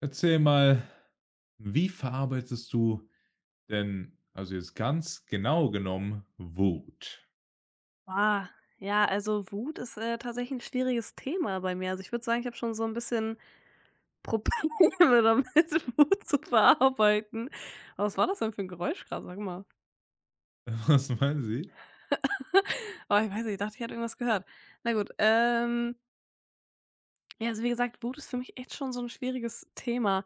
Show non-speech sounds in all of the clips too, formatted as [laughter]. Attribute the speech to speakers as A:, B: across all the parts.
A: Erzähl mal, wie verarbeitest du denn, also jetzt ganz genau genommen, Wut?
B: Ah, ja, also Wut ist, tatsächlich ein schwieriges Thema bei mir. Also, ich würde sagen, ich habe schon so ein bisschen Probleme [laughs] damit, Wut zu verarbeiten. Aber was war das denn für ein Geräusch gerade, sag mal.
A: [laughs] Was meinen Sie?
B: [laughs] Oh, ich weiß nicht, ich dachte, ich hätte irgendwas gehört. Na gut, ja, also, wie gesagt, Wut ist für mich echt schon so ein schwieriges Thema.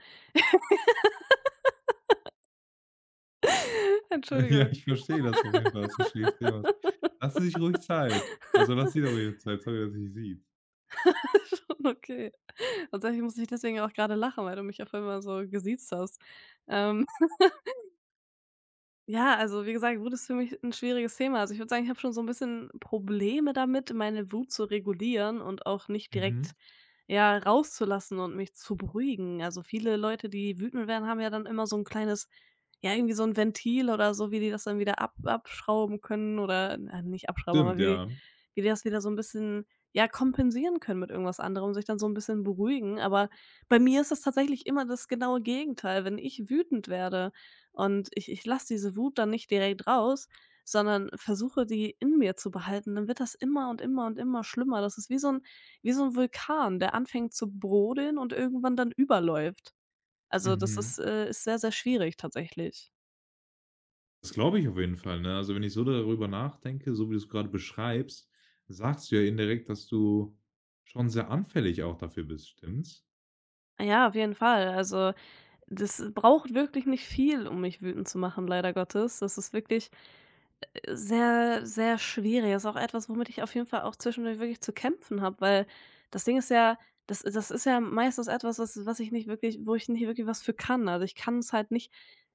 B: [laughs]
A: [laughs] Ja,
B: Entschuldigung,
A: ich
B: [laughs]
A: verstehe das auf jeden Fall, dass du schwieriges Thema ist. Lassen Sie sich ruhig Zeit. Also, lass dir doch ruhig Zeit. Sorry, dass ich Sie
B: schon okay. Tatsächlich muss ich deswegen auch gerade lachen, weil du mich auf einmal so gesiezt hast. Ähm. Ja, also wie gesagt, Wut ist für mich ein schwieriges Thema. Also, ich würde sagen, ich habe schon so ein bisschen Probleme damit, meine Wut zu regulieren und auch nicht
A: Mhm.
B: direkt, ja, rauszulassen und mich zu beruhigen. Also, viele Leute, die wütend werden, haben ja dann immer so ein kleines, ja, irgendwie so ein Ventil oder so, wie die das dann wieder ab abschrauben können oder na, nicht abschrauben, aber
A: Stimmt,
B: wie die
A: ja.
B: wie die das wieder so ein bisschen, ja, kompensieren können mit irgendwas anderem, sich dann so ein bisschen beruhigen. Aber bei mir ist das tatsächlich immer das genaue Gegenteil, wenn ich wütend werde und ich lasse diese Wut dann nicht direkt raus, sondern versuche, die in mir zu behalten. Dann wird das immer und immer und immer schlimmer. Das ist wie so ein Vulkan, der anfängt zu brodeln und irgendwann dann überläuft. Also, das
A: Mhm.
B: ist sehr, sehr schwierig tatsächlich.
A: Das glaube ich auf jeden Fall, ne? Also, wenn ich so darüber nachdenke, so wie du es gerade beschreibst, sagst du ja indirekt, dass du schon sehr anfällig auch dafür bist, stimmt's?
B: Ja, auf jeden Fall. Also, das braucht wirklich nicht viel, um mich wütend zu machen, leider Gottes. Das ist wirklich sehr, sehr schwierig. Das ist auch etwas, womit ich auf jeden Fall auch zwischendurch wirklich zu kämpfen habe, weil das Ding ist ja, das ist ja meistens etwas, was ich nicht wirklich, wo ich nicht wirklich was für kann. Also, ich kann es halt nicht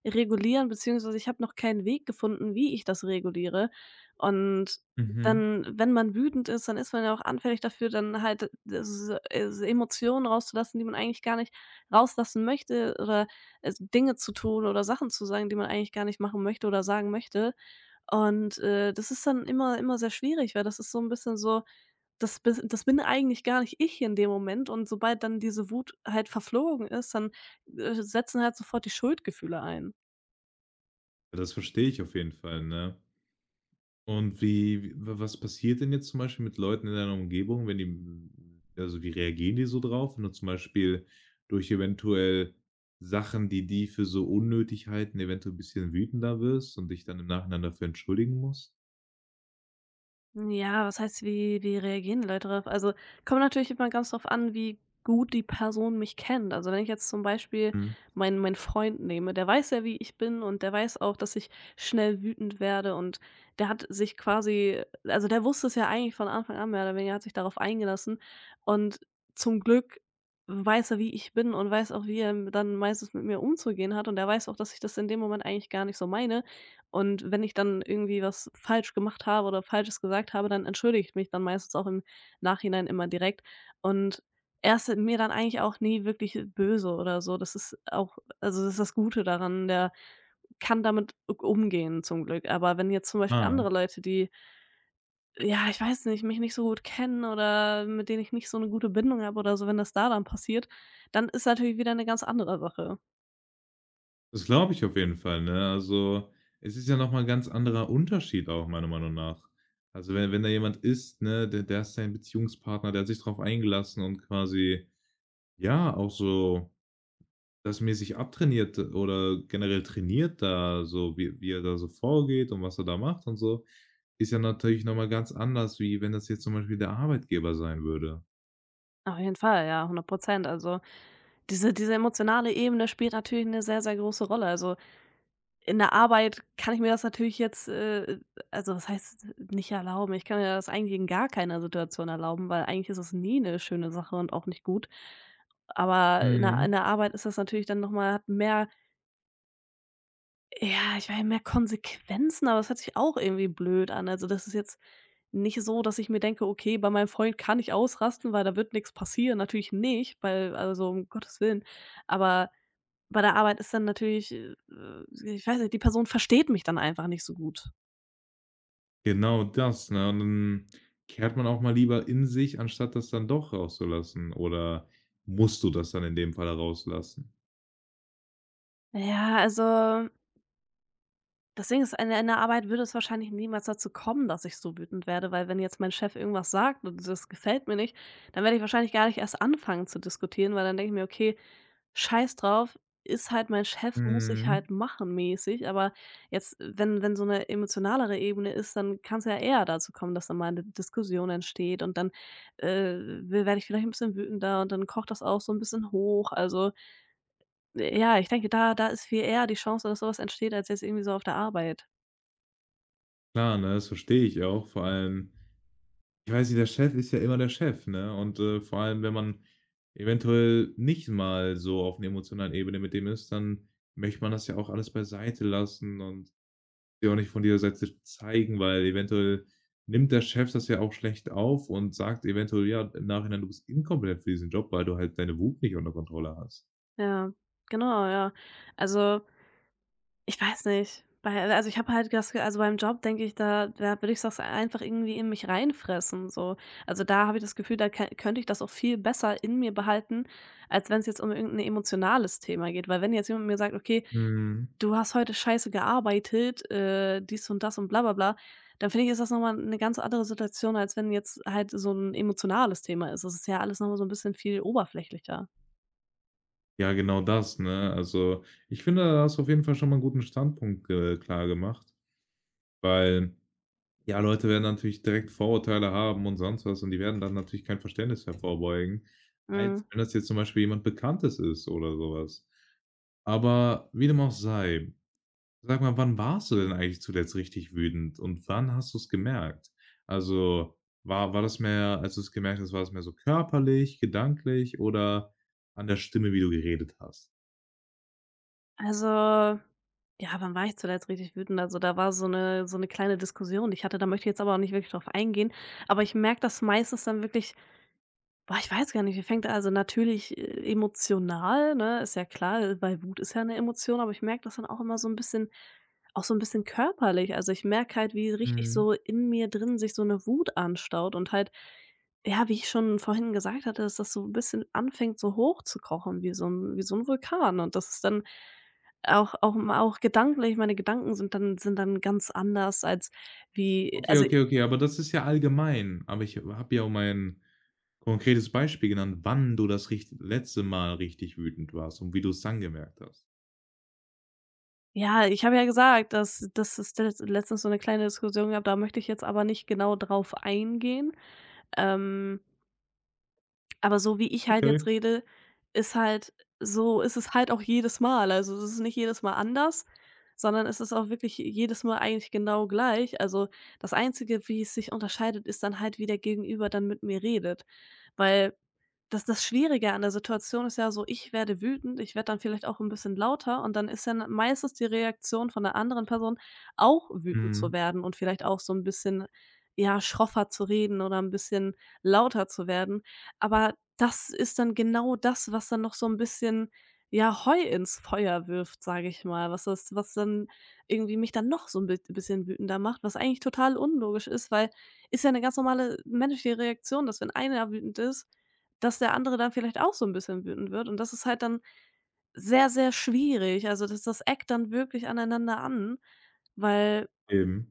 B: regulieren, beziehungsweise ich habe noch keinen Weg gefunden, wie ich das reguliere. Und
A: Mhm.
B: dann, wenn man wütend ist, dann ist man ja auch anfällig dafür, dann halt s s Emotionen rauszulassen, die man eigentlich gar nicht rauslassen möchte oder, Dinge zu tun oder Sachen zu sagen, die man eigentlich gar nicht machen möchte oder sagen möchte. Und, das ist dann immer sehr schwierig, weil das ist so ein bisschen so, das bin eigentlich gar nicht ich in dem Moment, und sobald dann diese Wut halt verflogen ist, dann, setzen halt sofort die Schuldgefühle ein.
A: Das verstehe ich auf jeden Fall, ne? Und wie w was passiert denn jetzt zum Beispiel mit Leuten in deiner Umgebung, wenn die hm, also wie reagieren die so drauf, wenn du zum Beispiel durch eventuell Sachen, die die für so unnötig halten, eventuell ein bisschen wütender wirst und dich dann im Nachhinein dafür entschuldigen musst?
B: Ja, was heißt, wie reagieren die Leute darauf? Also, kommt natürlich immer ganz drauf an, wie gut die Person mich kennt. Also, wenn ich jetzt zum Beispiel
A: Mhm.
B: meinen Freund nehme, der weiß ja, wie ich bin, und der weiß auch, dass ich schnell wütend werde, und der hat sich quasi also, der wusste es ja eigentlich von Anfang an mehr oder weniger, hat sich darauf eingelassen, und zum Glück weiß er, wie ich bin, und weiß auch, wie er dann meistens mit mir umzugehen hat, und er weiß auch, dass ich das in dem Moment eigentlich gar nicht so meine, und wenn ich dann irgendwie was falsch gemacht habe oder Falsches gesagt habe, dann entschuldige ich mich dann meistens auch im Nachhinein immer direkt. Und er ist mir dann eigentlich auch nie wirklich böse oder so. Das ist auch also, das ist das Gute daran, der kann damit umgehen zum Glück. Aber wenn jetzt zum Beispiel
A: Ah,
B: andere Leute, die, ja, ich weiß nicht, mich nicht so gut kennen oder mit denen ich nicht so eine gute Bindung habe oder so, wenn das da dann passiert, dann ist natürlich wieder eine ganz andere Sache.
A: das glaube ich auf jeden Fall, ne? Also, es ist ja noch mal ganz anderer Unterschied auch meiner Meinung nach. Also, wenn da jemand ist, ne, der ist dein Beziehungspartner, der hat sich drauf eingelassen und quasi, ja, auch so das mäßig abtrainiert oder generell trainiert da so, wie er da so vorgeht und was er da macht und so, ist ja natürlich noch mal ganz anders, wie wenn das jetzt zum Beispiel der Arbeitgeber sein würde.
B: Auf jeden Fall, ja, 100%. Also, diese emotionale Ebene spielt natürlich eine sehr, sehr große Rolle. Also, in der Arbeit kann ich mir das natürlich jetzt, also, das heißt, nicht erlauben? Ich kann mir das eigentlich in gar keiner Situation erlauben, weil eigentlich ist es nie eine schöne Sache und auch nicht gut. Aber in der in
A: Mhm.
B: der Arbeit ist das natürlich dann noch mal hat mehr, ja, ich meine, mehr Konsequenzen, aber es hört sich auch irgendwie blöd an. Also, das ist jetzt nicht so, dass ich mir denke: „Okay, bei meinem Freund kann ich ausrasten, weil da wird nichts passieren." Natürlich nicht, weil also, um Gottes Willen. Aber bei der Arbeit ist dann natürlich, ich weiß nicht, die Person versteht mich dann einfach nicht so gut.
A: Genau das, ne? Und dann kehrt man auch mal lieber in sich, anstatt das dann doch rauszulassen oder musst du das dann in dem Fall rauslassen?
B: Ja, also Deswegen ist in der Arbeit würde es wahrscheinlich niemals dazu kommen, dass ich so wütend werde, weil wenn jetzt mein Chef irgendwas sagt und das gefällt mir nicht, dann werde ich wahrscheinlich gar nicht erst anfangen zu diskutieren, weil dann denke ich mir: „Okay, scheiß drauf, ist halt mein Chef, muss ich
A: Mhm.
B: halt machen mäßig." Aber jetzt, wenn so eine emotionalere Ebene ist, dann kann es ja eher dazu kommen, dass da mal eine Diskussion entsteht, und dann, äh, werde ich vielleicht ein bisschen wütender, und dann kocht das auch so ein bisschen hoch. Also, ja, ich denke, da ist viel eher die Chance, dass sowas entsteht, als jetzt irgendwie so auf der Arbeit.
A: Klar, ne, das verstehe ich auch. Vor allem ich weiß nicht, der Chef ist ja immer der Chef, ne? Und, vor allem, wenn man eventuell nicht mal so auf einer emotionalen Ebene mit dem ist, dann möchte man das ja auch alles beiseite lassen und dir auch nicht von dieser Seite zeigen, weil eventuell nimmt der Chef das ja auch schlecht auf und sagt eventuell, ja, im Nachhinein: „Du bist inkompetent für diesen Job, weil du halt deine Wut nicht unter Kontrolle hast.“
B: Ja, genau, ja. Also, ich weiß nicht, bei also, ich habe halt das also, beim Job denke ich, da würde ich das einfach irgendwie in mich reinfressen so. Also, da habe ich das Gefühl, da kö könnte ich das auch viel besser in mir behalten, als wenn es jetzt um irgendein emotionales Thema geht. Weil wenn jetzt jemand mir sagt: „Okay,
A: Mhm.
B: du hast heute scheiße gearbeitet, dies und das und bla bla bla", dann finde ich, ist das noch mal 'ne ganz andere Situation, als wenn jetzt halt so ein emotionales Thema ist. Das ist ja alles noch mal so ein bisschen viel oberflächlicher.
A: Ja, genau das, ne? Also, ich finde, da hast du auf jeden Fall schon mal einen guten Standpunkt, klar gemacht, weil ja, Leute werden natürlich direkt Vorurteile haben und sonst was und die werden dann natürlich kein Verständnis hervorbeugen, als
B: Mhm.
A: wenn das jetzt zum Beispiel jemand Bekanntes ist oder sowas. Aber wie dem auch sei, sag mal, wann warst du denn eigentlich zuletzt richtig wütend und wann hast du es gemerkt? Also, war das mehr als du es gemerkt hast, war das mehr so körperlich, gedanklich oder an der Stimme, wie du geredet hast?
B: Also, ja, wann war ich zuletzt richtig wütend? Also, da war so eine kleine Diskussion, die ich hatte, da möchte ich jetzt aber auch nicht wirklich drauf eingehen. Aber ich merke das meistens dann wirklich. Boah, ich weiß gar nicht, wie fängt er also natürlich emotional, ne, ist ja klar, weil Wut ist ja eine Emotion, aber ich merke das dann auch immer so ein bisschen körperlich. Also, ich merke halt, wie richtig
A: Mhm.
B: so in mir drin sich so eine Wut anstaut und halt, ja, wie ich schon vorhin gesagt hatte, dass das so ein bisschen anfängt, so hoch zu kochen wie so ein Vulkan, und das ist dann auch gedanklich, meine Gedanken sind dann ganz anders als wie
A: Okay,
B: also.
A: okay, okay, aber das ist ja allgemein. Aber ich habe ja um ein konkretes Beispiel genannt, wann du das richt letzte Mal richtig wütend warst und wie du's dann gemerkt hast.
B: Ja, ich habe ja gesagt, dass es letztens so eine kleine Diskussion gab, da möchte ich jetzt aber nicht genau drauf eingehen. Ähm aber so wie ich halt
A: Okay.
B: jetzt rede, ist halt ist es halt auch jedes Mal. Also, es ist nicht jedes Mal anders, sondern es ist auch wirklich jedes Mal eigentlich genau gleich. Also, das Einzige, wie es sich unterscheidet, ist dann halt, wie der Gegenüber dann mit mir redet. Weil das Schwierige an der Situation ist ja so, ich werde wütend, ich werde dann vielleicht auch ein bisschen lauter, und dann ist dann meistens die Reaktion von der anderen Person auch wütend zu
A: Mhm,
B: werden und vielleicht auch so ein bisschen, ja, schroffer zu reden oder ein bisschen lauter zu werden. Aber das ist dann genau das, was dann noch so 'n bisschen, ja, Heu ins Feuer wirft, sage ich mal, was dann irgendwie mich dann noch so 'n bi bisschen wütender macht, was eigentlich total unlogisch ist, weil ist ja 'ne ganz normale menschliche Reaktion, dass wenn einer wütend ist, dass der andere dann vielleicht auch so 'n bisschen wütend wird, und das ist halt dann sehr, sehr schwierig. Also, das eckt dann wirklich aneinander an, weil
A: eben.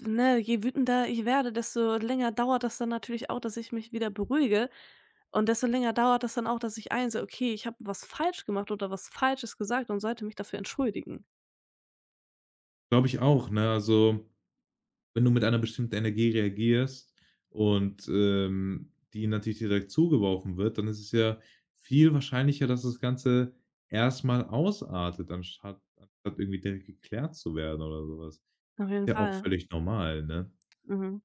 B: ne, je wütender ich werde, desto länger dauert das dann natürlich auch, dass ich mich wieder beruhige. Und desto länger dauert das dann auch, dass ich einsehe: „Okay, ich habe was falsch gemacht oder was Falsches gesagt und sollte mich dafür entschuldigen."
A: Glaube ich auch, ne? Also, wenn du mit einer bestimmten Energie reagierst und, die natürlich direkt zugeworfen wird, dann ist es ja viel wahrscheinlicher, dass das Ganze erst mal ausartet, anstatt irgendwie direkt geklärt zu werden oder sowas. Ist
B: Auf jeden
A: ja auch
B: Fall.
A: völlig normal, ne?
B: Mhm.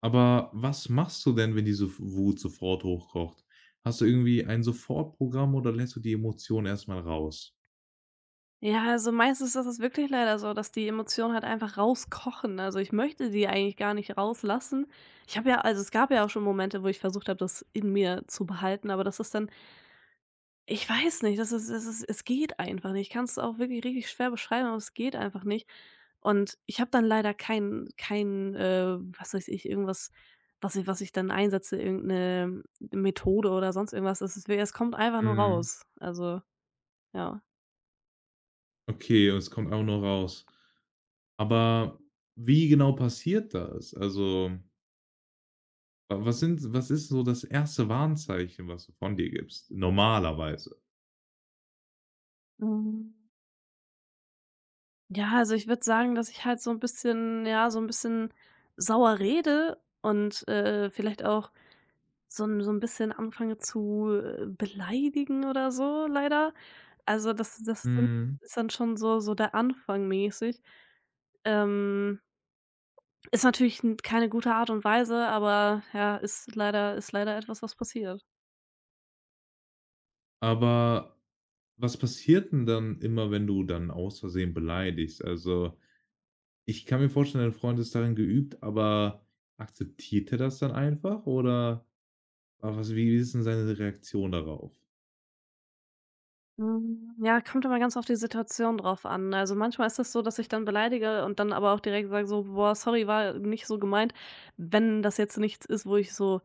A: Aber was machst du denn, wenn diese F Wut sofort hochkocht? Hast du irgendwie ein Sofortprogramm oder lässt du die Emotion erst mal raus?
B: Ja, also meistens ist es wirklich leider so, dass die Emotionen halt einfach rauskochen. Also, ich möchte die eigentlich gar nicht rauslassen. Ich habe ja also, es gab ja auch schon Momente, wo ich versucht habe, das in mir zu behalten, aber das ist dann, ich weiß nicht, das ist es geht einfach nicht. Ich kann's auch wirklich richtig schwer beschreiben, aber es geht einfach nicht. Und ich habe dann leider kein, was weiß ich, irgendwas, was ich dann einsetze, irgendeine Methode oder sonst irgendwas. Es kommt einfach nur
A: Mhm.
B: raus. Also, ja.
A: Okay, und es kommt auch nur raus. Aber wie genau passiert das? Also, wa was sind was ist so das erste Warnzeichen, was du von dir gibst, normalerweise?
B: Mhm. Ja, also ich würde sagen, dass ich halt so ein bisschen, ja, so ein bisschen sauer rede und, vielleicht auch so ein bisschen anfange zu, beleidigen oder so leider. Also das das sind
A: Mhm.
B: ist dann schon so der Anfang mäßig. Ähm Ist natürlich 'n keine gute Art und Weise, aber ja, ist leider etwas, was passiert.
A: Aber was passiert denn dann immer, wenn du dann aus Versehen beleidigst? Also, ich kann mir vorstellen, dein Freund ist darin geübt, aber akzeptiert er das dann einfach oder aber was wie ist denn seine Reaktion darauf?
B: Hm, ja, kommt immer ganz auf die Situation drauf an. Also, manchmal ist das so, dass ich dann beleidige und dann aber auch direkt sage so: „Boah, sorry, war nicht so gemeint.“ Wenn das jetzt nichts ist, wo ich so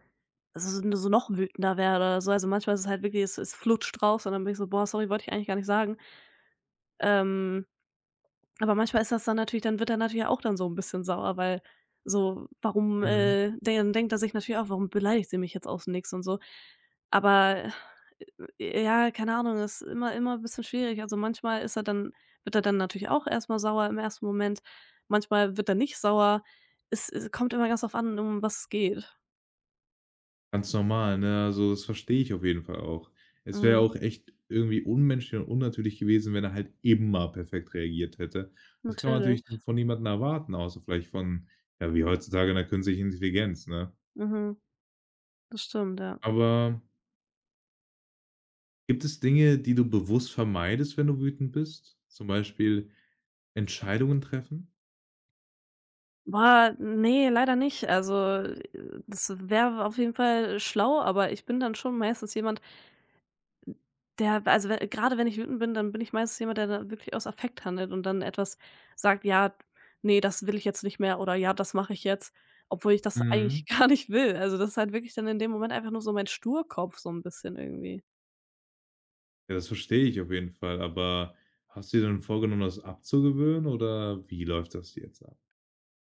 B: also so noch wütender werde oder so. Also, manchmal ist es halt wirklich es flutscht raus und dann bin ich so: „Boah, sorry, wollte ich eigentlich gar nicht sagen.“ Ähm Aber manchmal ist das dann natürlich dann wird er natürlich auch dann so 'n bisschen sauer, weil so warum,
A: Mhm.
B: de dann denkt er sich natürlich auch: „Warum beleidigt sie mich jetzt aus 'm Nix“ und so. Aber, ja, keine Ahnung, ist immer bisschen schwierig. Also, manchmal ist er dann wird er dann natürlich auch erst mal sauer im ersten Moment. Manchmal wird er nicht sauer. Es kommt immer ganz drauf an, um was es geht.
A: Ganz normal, ne? Also, das verstehe ich auf jeden Fall auch. Es wäre ja
B: Mhm,
A: auch echt irgendwie unmenschlich und unnatürlich gewesen, wenn er halt immer perfekt reagiert hätte. Das kann man
B: natürlich.
A: natürlich von niemandem erwarten, außer vielleicht von, ja, wie heutzutage in der künstlichen Intelligenz, ne?
B: Mhm, das stimmt, ja.
A: Aber gibt es Dinge, die du bewusst vermeidest, wenn du wütend bist? Zum Beispiel Entscheidungen treffen?
B: Boah, nee, leider nicht. Also, das wäre auf jeden Fall schlau, aber ich bin dann schon meistens jemand, der also, we grade wenn ich wütend bin, dann bin ich meistens jemand, der dann wirklich aus Affekt handelt und dann etwas sagt: „Ja, nee, das will ich jetzt nicht mehr“ oder „Ja, das mache ich jetzt“, obwohl ich das
A: Mhm.
B: eigentlich [laughs] gar nicht will. Also, das ist halt wirklich dann in dem Moment einfach nur so mein Sturkopf so ein bisschen irgendwie.
A: Ja, das verstehe ich auf jeden Fall, aber hast du dir denn vorgenommen, das abzugewöhnen oder wie läuft das jetzt ab?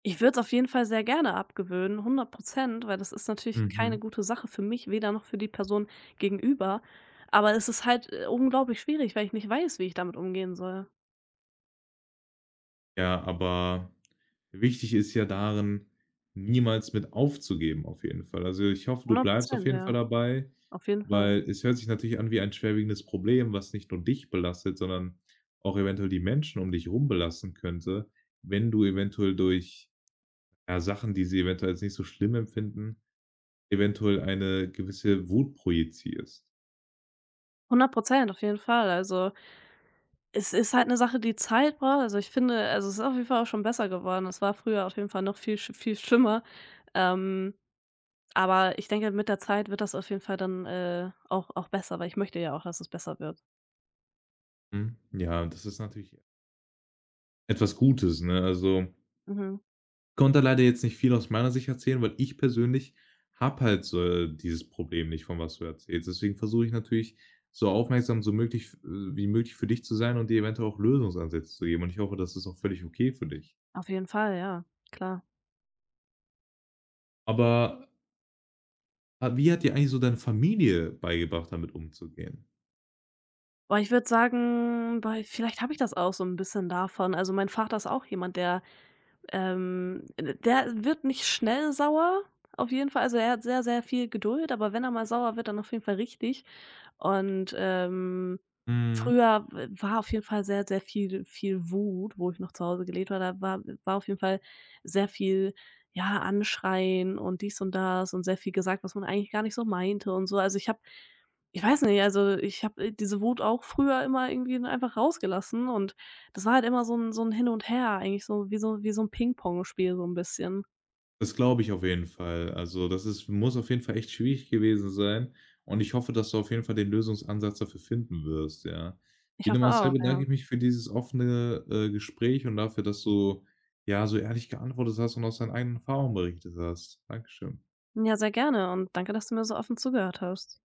B: Ich würde es auf jeden Fall sehr gerne abgewöhnen, 100%, weil das ist natürlich keine
A: Mhm.
B: gute Sache für mich, weder noch für die Person gegenüber. Aber es ist halt, unglaublich schwierig, weil ich nicht weiß, wie ich damit umgehen soll.
A: Ja, aber wichtig ist ja darin, niemals mit aufzugeben auf jeden Fall. Also, ich hoffe, du
B: Hundert
A: bleibst auf
B: Prozent,
A: jeden Fall
B: ja,
A: dabei,
B: auf jeden Fall.
A: weil es hört sich natürlich an wie ein schwerwiegendes Problem, was nicht nur dich belastet, sondern auch eventuell die Menschen um dich rum belasten könnte, wenn du eventuell durch, ja, Sachen, die sie eventuell als nicht so schlimm empfinden, eventuell eine gewisse Wut projizierst.
B: 100%, auf jeden Fall. Also, es ist halt eine Sache, die Zeit braucht. Also, ich finde also, es ist auf jeden Fall auch schon besser geworden. Es war früher auf jeden Fall noch viel schlimmer. Ähm, aber ich denke, mit der Zeit wird das auf jeden Fall dann, auch auch besser, weil ich möchte ja auch, dass es besser wird.
A: Mhm. Ja, das ist natürlich etwas Gutes, ne? Also, ich
B: Mhm.
A: konnte leider jetzt nicht viel aus meiner Sicht erzählen, weil ich persönlich habe halt so, dieses Problem nicht, von was du erzählst. Deswegen versuche ich natürlich, so aufmerksam so möglich wie möglich für dich zu sein und dir eventuell auch Lösungsansätze zu geben und ich hoffe, das ist auch völlig okay für dich.
B: Auf jeden Fall, ja, klar.
A: Aber, wie hat dir eigentlich so deine Familie beigebracht, damit umzugehen?
B: Boah, ich würde sagen, bei vielleicht habe ich das auch so ein bisschen davon. Also, mein Vater ist auch jemand, der der wird nicht schnell sauer, auf jeden Fall. Also, er hat sehr, sehr viel Geduld, aber wenn er mal sauer wird, dann auf jeden Fall richtig. Und,
A: Hm.
B: früher war auf jeden Fall sehr, sehr viel Wut, wo ich noch zu Hause gelebt war. Da war war auf jeden Fall sehr viel, ja, Anschreien und dies und das und sehr viel gesagt, was man eigentlich gar nicht so meinte und so. Also, ich weiß nicht, also, ich habe, diese Wut auch früher immer irgendwie einfach rausgelassen und das war halt immer so 'n Hin und Her, eigentlich so wie so 'n Pingpongspiel so 'n bisschen.
A: Das glaube ich auf jeden Fall. Also, das ist muss auf jeden Fall echt schwierig gewesen sein und ich hoffe, dass du auf jeden Fall den Lösungsansatz dafür finden wirst, ja.
B: Ich
A: Wie dem
B: hoffe
A: auch sei,
B: auch,
A: bedanke
B: ja.
A: ich mich für dieses offene, Gespräch und dafür, dass du, ja, so ehrlich geantwortet hast und aus deinen eigenen Erfahrungen berichtet hast. Dankeschön.
B: Ja, sehr gerne und danke, dass du mir so offen zugehört hast.